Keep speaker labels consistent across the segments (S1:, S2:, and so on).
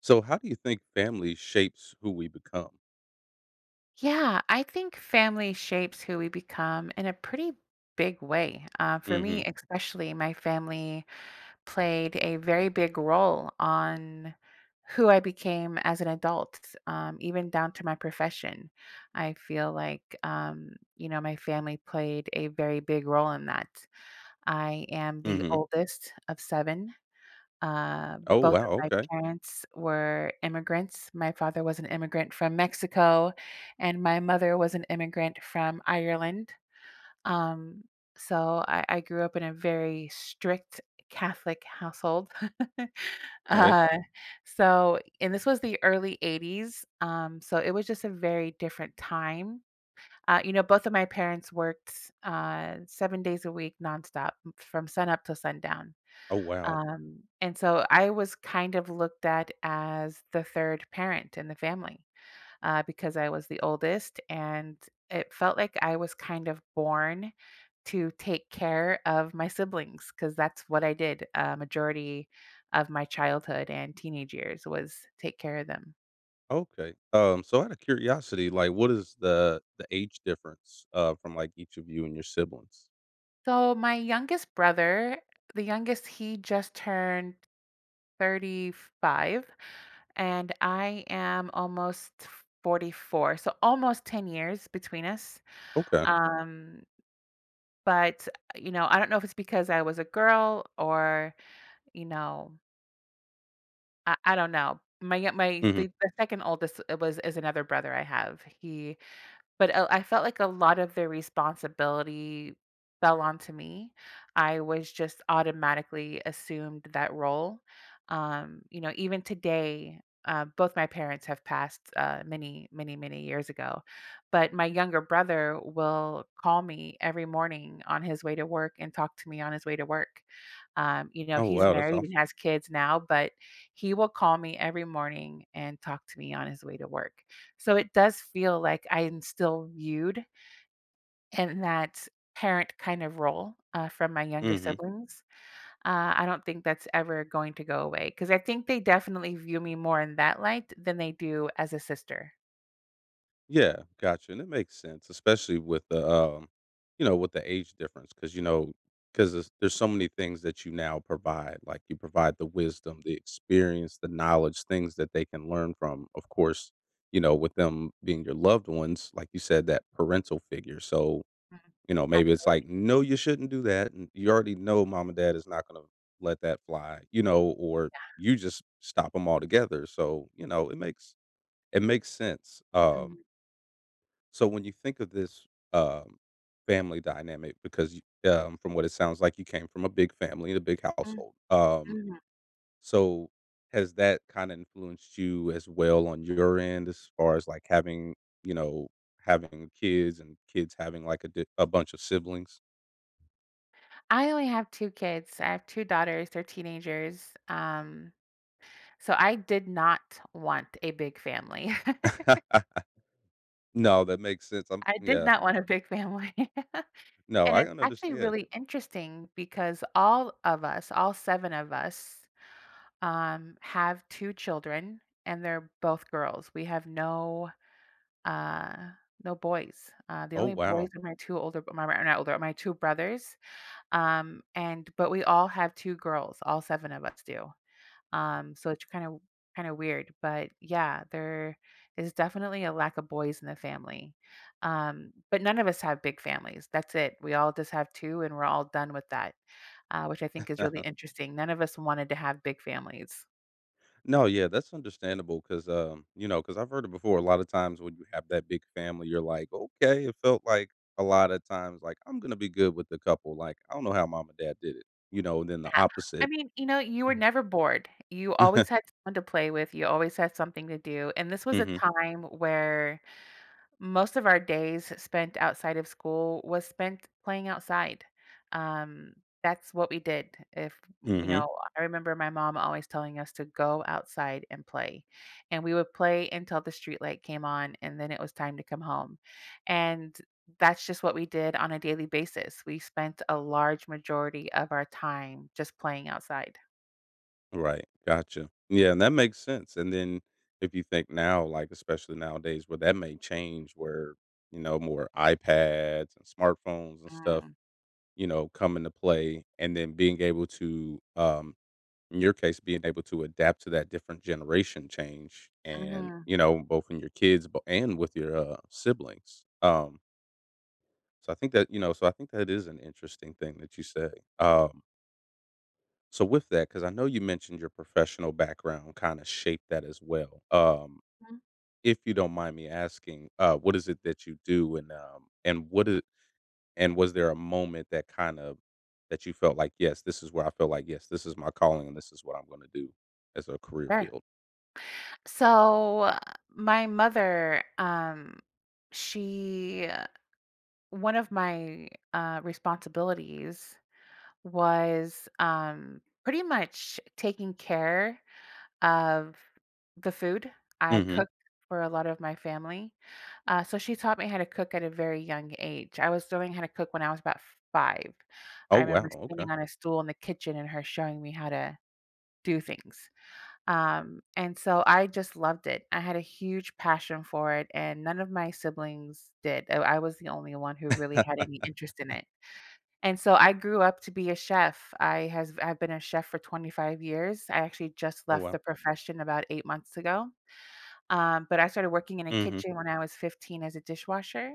S1: So how do you think family shapes who we become?
S2: Yeah, I think family shapes who we become in a pretty big way. For me,
S1: Mhm.
S2: especially, my family played a very big role on who I became as an adult, even down to my profession. I feel like, my family played a very big role in that. I am the
S1: Mhm.
S2: oldest of seven.
S1: Oh,
S2: Both
S1: wow,
S2: of my
S1: okay.
S2: parents were immigrants. My father was an immigrant from Mexico, and my mother was an immigrant from Ireland. Um, so I grew up in a very strict Catholic household.
S1: Okay.
S2: uh, and this was the early 80s. So it was just a very different time. You know, both of my parents worked 7 days a week nonstop from sun up to sundown.
S1: Oh, wow.
S2: And so I was kind of looked at as the third parent in the family because I was the oldest, and it felt like I was kind of born to take care of my siblings because that's what I did. A majority of my childhood and teenage years was take care of them.
S1: Okay. So out of curiosity, like, what is the age difference, from, like, each of you and your siblings?
S2: So my youngest brother, the youngest, he just turned 35, and I am almost 44. So almost 10 years between us.
S1: Okay.
S2: Um, but you know, I don't know if it's because I was a girl or, you know, I don't know. My, y- my,
S1: Mhm.
S2: the second oldest is another brother I have. He. But I felt like a lot of the responsibility fell onto me. I was just automatically assumed that role. You know, even today, both my parents have passed, many, many, many years ago, but my younger brother will call me every morning on his way to work and talk to me on his way to work. You know,
S1: Oh,
S2: he's
S1: wow, that's
S2: married and
S1: awesome.
S2: has kids now, but he will call me every morning and talk to me on his way to work. So it does feel like I'm still viewed in that parent kind of role, from my younger
S1: Mhm.
S2: siblings. I don't think that's ever going to go away because I think they definitely view me more in that light than they do as a sister.
S1: Yeah, gotcha, and it makes sense, especially with you know, with the age difference, because you know, because there's so many things that you now provide. Like you provide the wisdom, the experience, the knowledge, things that they can learn from. Of course, you know, with them being your loved ones, like you said, that parental figure. So
S2: Mhm.
S1: you know, maybe it's
S2: Absolutely.
S1: like, no, you shouldn't do that, and you already know mom and dad is not going to let that fly, you know, or you just stop them altogether. So you know, it makes sense. Um
S2: Mhm.
S1: so when you think of this, um, family dynamic because you from what it sounds like you came from a big family, a big
S2: Mm,
S1: household,
S2: mhm.
S1: so has that kinda influenced you as well on your end as far as, like, having, you know, having kids and kids having, like, a bunch of siblings?
S2: I only have 2 kids. I have 2 daughters, they're teenagers. So I did not want a big family.
S1: No, that makes sense, I'm
S2: I did
S1: yeah.
S2: not want a big family.
S1: No,
S2: And
S1: I
S2: it's
S1: can
S2: actually
S1: understand.
S2: really interesting because all of us, all 7 of us, have 2 children, and they're both girls. We have no, uh, no boys. The
S1: Oh,
S2: only boys
S1: wow.
S2: are my 2 older my my not older, my 2 brothers, and but we all have 2 girls, all 7 of us do. So it's kind of weird, but yeah, there is definitely a lack of boys in the family. But none of us have big families. That's it. We all just have two, and we're all done with that, which I think is really interesting. None of us wanted to have big families.
S1: No, yeah, that's understandable because, you know, because I've heard it before. A lot of times when you have that big family, you're like, okay, it felt like a lot of times, like, I'm going to be good with the couple. Like, I don't know how mom and dad did it, you know, and then
S2: Yeah.
S1: the
S2: I
S1: opposite.
S2: mean, you know, you were never bored. You always had someone to play with. You always had something to do. And this was a
S1: Hmm.
S2: time where most of our days spent outside of school was spent playing outside. Um, that's what we did. If you
S1: Hmm.
S2: know, I remember my mom always telling us to go outside and play, and we would play until the street light came on, and then it was time to come home. And that's just what we did on a daily basis. We spent a large majority of our time just playing outside.
S1: Right. Gotcha. Yeah. And that makes sense. And then if you think now, like, especially nowadays where that may change, where, you know, more iPads and smartphones and stuff,
S2: Mm,
S1: you know, come into play and then being able to in your case, being able to adapt to that different generation change and,
S2: mhm,
S1: you know, both in your kids and with your siblings. So I think that, you know, so I think that is an interesting thing that you say. Um, so with that, because I know you mentioned your professional background kind of shaped that as well.
S2: mhm.
S1: If you don't mind me asking, what is it that you do and and was there a moment that you felt like, yes, this is where I feel like, yes, this is my calling and this is what I'm going to do as a career
S2: Very
S1: field?
S2: So my mother, she one of my responsibilities was pretty much taking care of the food. I
S1: Hmm.
S2: cooked for a lot of my family, so she taught me how to cook at a very young age. I was learning how to cook when I was about five.
S1: Oh,
S2: I
S1: wow,
S2: remember
S1: okay.
S2: standing on a stool in the kitchen and her showing me how to do things. And so I just loved it. I had a huge passion for it, and none of my siblings did. I was the only one who really had any interest in it. And so I grew up to be a chef. I've been a chef for 25 years. I actually just
S1: Oh,
S2: left
S1: wow.
S2: the profession about 8 months ago. But I started working in a
S1: Mhm,
S2: kitchen when I was 15 as a dishwasher.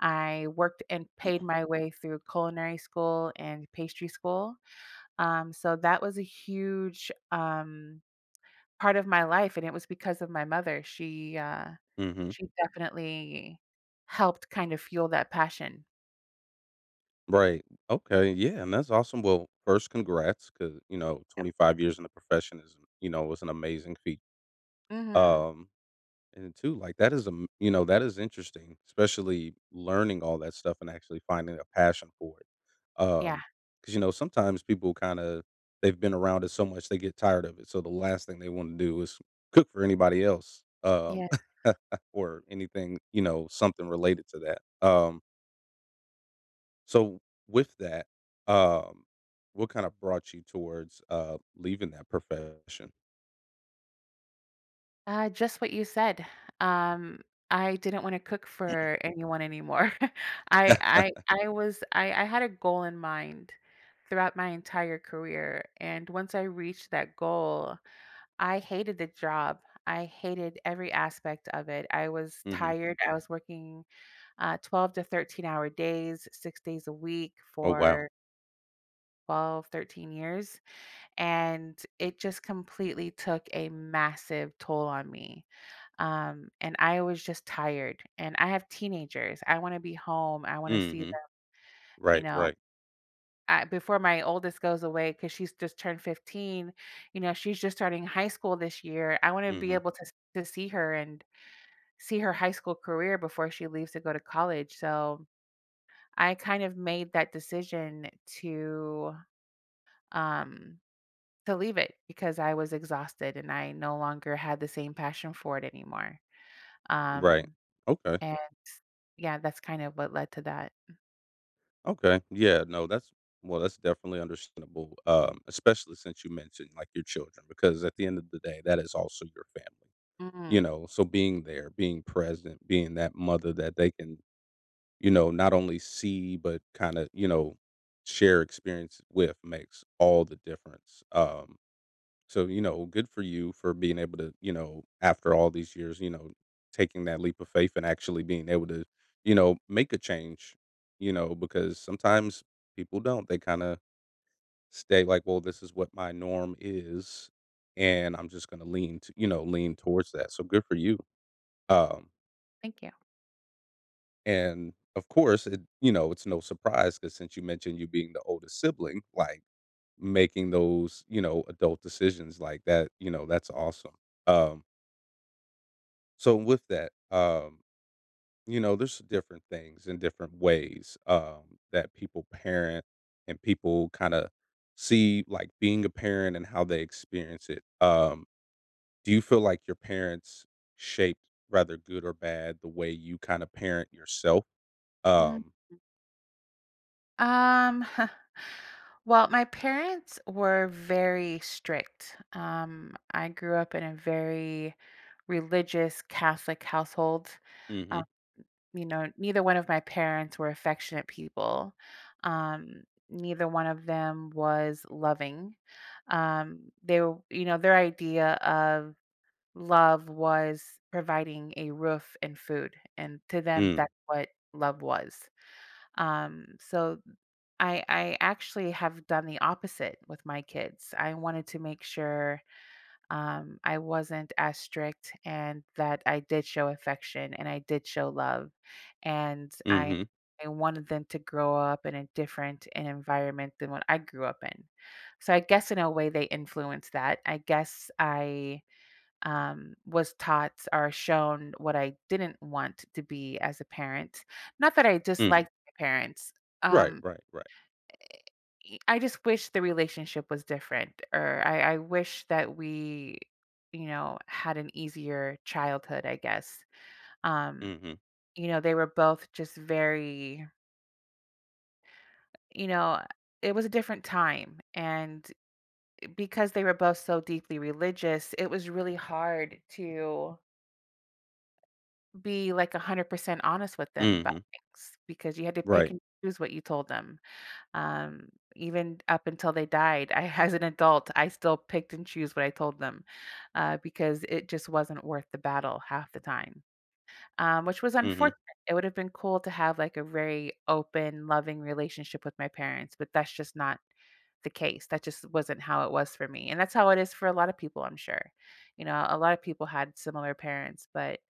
S2: I worked and paid my way through culinary school and pastry school. So that was a huge part of my life, and it was because of my mother.
S1: mhm.
S2: She definitely helped kind of fuel that passion.
S1: Right. Okay, yeah, and that's awesome. Well, first, congrats because you know, 25 years in the profession is, you know, was an amazing feat.
S2: Mhm.
S1: Um, and two, like, that is, you know, that is interesting, especially learning all that stuff and actually finding a passion for it.
S2: Yeah.
S1: Um, because you know, sometimes people kinda they've been around it so much, they get tired of it, so the last thing they wanna do is cook for anybody else,
S2: Yes.
S1: or anything, you know, something related to that. Um, so with that, um, what kind of brought you towards leaving that profession?
S2: Just what you said. Um, I didn't wanna cook for anyone anymore. I was I had a goal in mind throughout my entire career, and once I reached that goal, I hated the job. I hated every aspect of it. I was
S1: Hmm.
S2: tired. I was working 12 to 13 hour days, 6 days a week
S1: Oh, wow.
S2: for 12, 13 years. And it just completely took a massive toll on me. And I was just tired. And I have teenagers. I want to be home. I want to see them,
S1: Hmm.
S2: you
S1: Right.
S2: know.
S1: Right.
S2: I, before my oldest goes away, because she's just turned 15, you know, she's just starting high school this year. I want to be
S1: Hmm.
S2: able to see her and see her high school career before she leaves to go to college. So, I kind of made that decision to um to leave it because I was exhausted and I no longer had the same passion for it anymore.
S1: Right.
S2: Um
S1: Okay.
S2: and yeah, that's kind of what led to that.
S1: Okay. Yeah. No, that's well. That's definitely understandable, especially since you mentioned like your children, because at the end of the day, that is also your family.
S2: Mm,
S1: You know, so being there, being present, being that mother that they can you know, not only see but kinda, you know, share experience with makes all the difference. So, you know, good for you for being able to, you know, after all these years, you know, taking that leap of faith and actually being able to, you know, make a change, you know, because sometimes people don't. They kinda stay like, "Well, this is what my norm is, and I'm just gonna lean to you know, lean towards that." So good for you. Um,
S2: thank you.
S1: and of course, it you know, it's no surprise because since you mentioned you being the oldest sibling, like, making those, you know, adult decisions like that, you know, that's awesome. Um, so with that, you know, there's different things in different ways, that people parent and people kinda see, like, being a parent and how they experience it. Do you feel like your parents shaped, rather good or bad, the way you kinda parent yourself?
S2: Mm,
S1: Um.
S2: um well, my parents were very strict. I grew up in a very religious Catholic household.
S1: Mhm.
S2: You know, neither one of my parents were affectionate people. Um, Neither one of them was loving. You know, their idea of love was providing a roof and food, and to them,
S1: Mm.
S2: that's what love was. So I actually have done the opposite with my kids. I wanted to make sure I wasn't as strict and that I did show affection and I did show love. And I
S1: Mhm.
S2: I wanted them to grow up in a different an environment than what I grew up in. So I guess in a way they influenced that. I was taught or shown what I didn't want to be as a parent. Not that I
S1: Mhm.
S2: disliked my parents.
S1: Right,
S2: Um,
S1: right, right.
S2: I just wish the relationship was different, or I wish that we, you know, had an easier childhood, I guess. Um,
S1: Mhm.
S2: you know, they were both just very, you know, it was a different time. And because they were both so deeply religious, it was really hard to be like 100% honest with them about
S1: Mhm.
S2: things because you had to pick
S1: Right.
S2: and choose what you told them. Um, Even up until they died, I as an adult, I still picked and choose what I told them, because it just wasn't worth the battle half the time, which was
S1: Mhm.
S2: unfortunate. It would have been cool to have like a very open, loving relationship with my parents, but that's just not the case. That just wasn't how it was for me. And that's how it is for a lot of people, I'm sure. You know, a lot of people had similar parents, but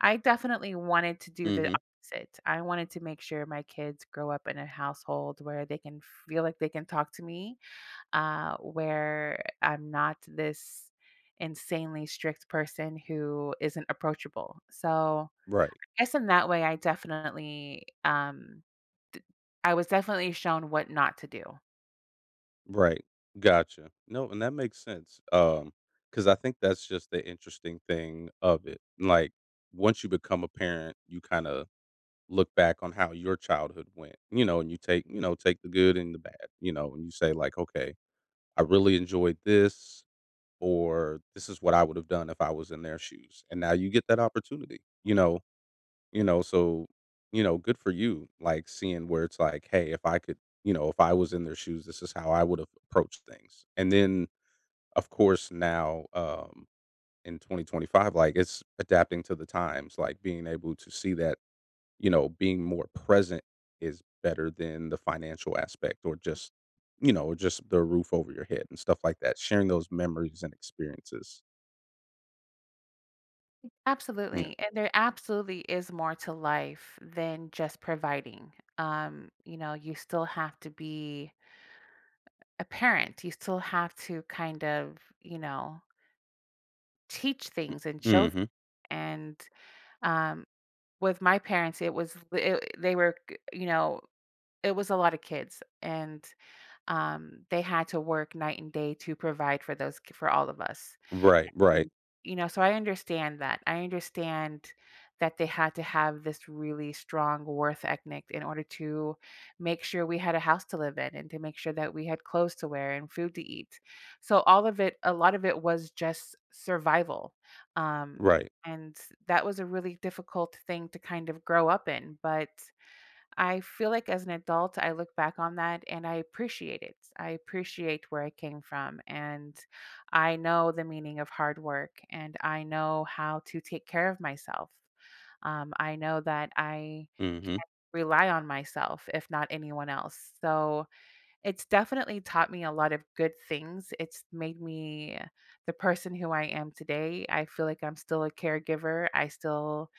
S2: I definitely wanted to do the
S1: Mhm.
S2: opposite. I wanted to make sure my kids grow up in a household where they can feel like they can talk to me, where I'm not this insanely strict person who isn't approachable. So,
S1: Right.
S2: I guess in that way, I definitely, d- I was definitely shown what not to do.
S1: Right. Gotcha. No, and that makes sense. Because I think that's just the interesting thing of it. Like, once you become a parent, you kinda look back on how your childhood went, you know, and you take you know, take the good and the bad, you know, and you say like, "Okay, I really enjoyed this," or, "This is what I would have done if I was in their shoes." And now you get that opportunity, you know. You know, so, you know, good for you, like, seeing where it's like, "Hey, if I could you know, if I was in their shoes, this is how I would have approached things." And then, of course, now, in 2025, like, it's adapting to the times, like, being able to see that, you know, being more present is better than the financial aspect or just you know, or just the roof over your head and stuff like that, sharing those memories and experiences. Yeah.
S2: Absolutely. And there absolutely is more to life than just providing. You know, you still have to be a parent, you still have to kind of, you know, teach things and
S1: Mhm.
S2: and um with my parents it, you know, it was a lot of kids and they had to work night and day to provide for for all of us.
S1: Right,
S2: Mm.
S1: right,
S2: You know, so I understand that. I understand that they had to have this really strong worth ethic in order to make sure we had a house to live in and to make sure that we had clothes to wear and food to eat. So all of it, a lot of it was just survival. Um,
S1: right.
S2: and that was a really difficult thing to kind of grow up in. But I feel like as an adult, I look back on that and I appreciate it. I appreciate where I came from. And I know the meaning of hard work and I know how to take care of myself. I know that I
S1: Mhm.
S2: rely on myself, if not anyone else. So it's definitely taught me a lot of good things. It's made me the person who I am today. I feel like I'm still a caregiver. I still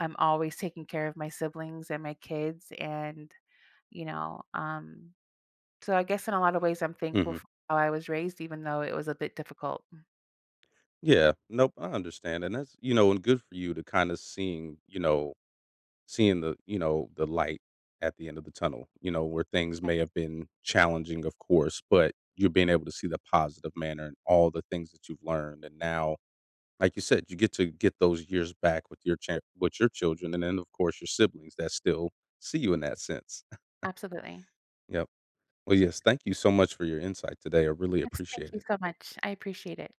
S2: I'm always taking care of my siblings and my kids. And you know, so I guess in a lot of ways, I'm thankful
S1: Mhm.
S2: for how I was raised, even though it was a bit difficult.
S1: Yeah. Nope, I understand, and that's you know, and good for you to kinda seeing, you know seeing the you know, the light at the end of the tunnel, you know, where things
S2: Right.
S1: may have been challenging, of course, but you're being able to see the positive manner and all the things that you've learned, and now, like you said, you get to get those years back with your cha with your children, and then, of course, your siblings that still see you in that sense.
S2: Absolutely.
S1: Yep. Well, yes, thank you so much for your insight today, I really
S2: Yes,
S1: appreciate
S2: thank you
S1: it.
S2: so much. I appreciate it.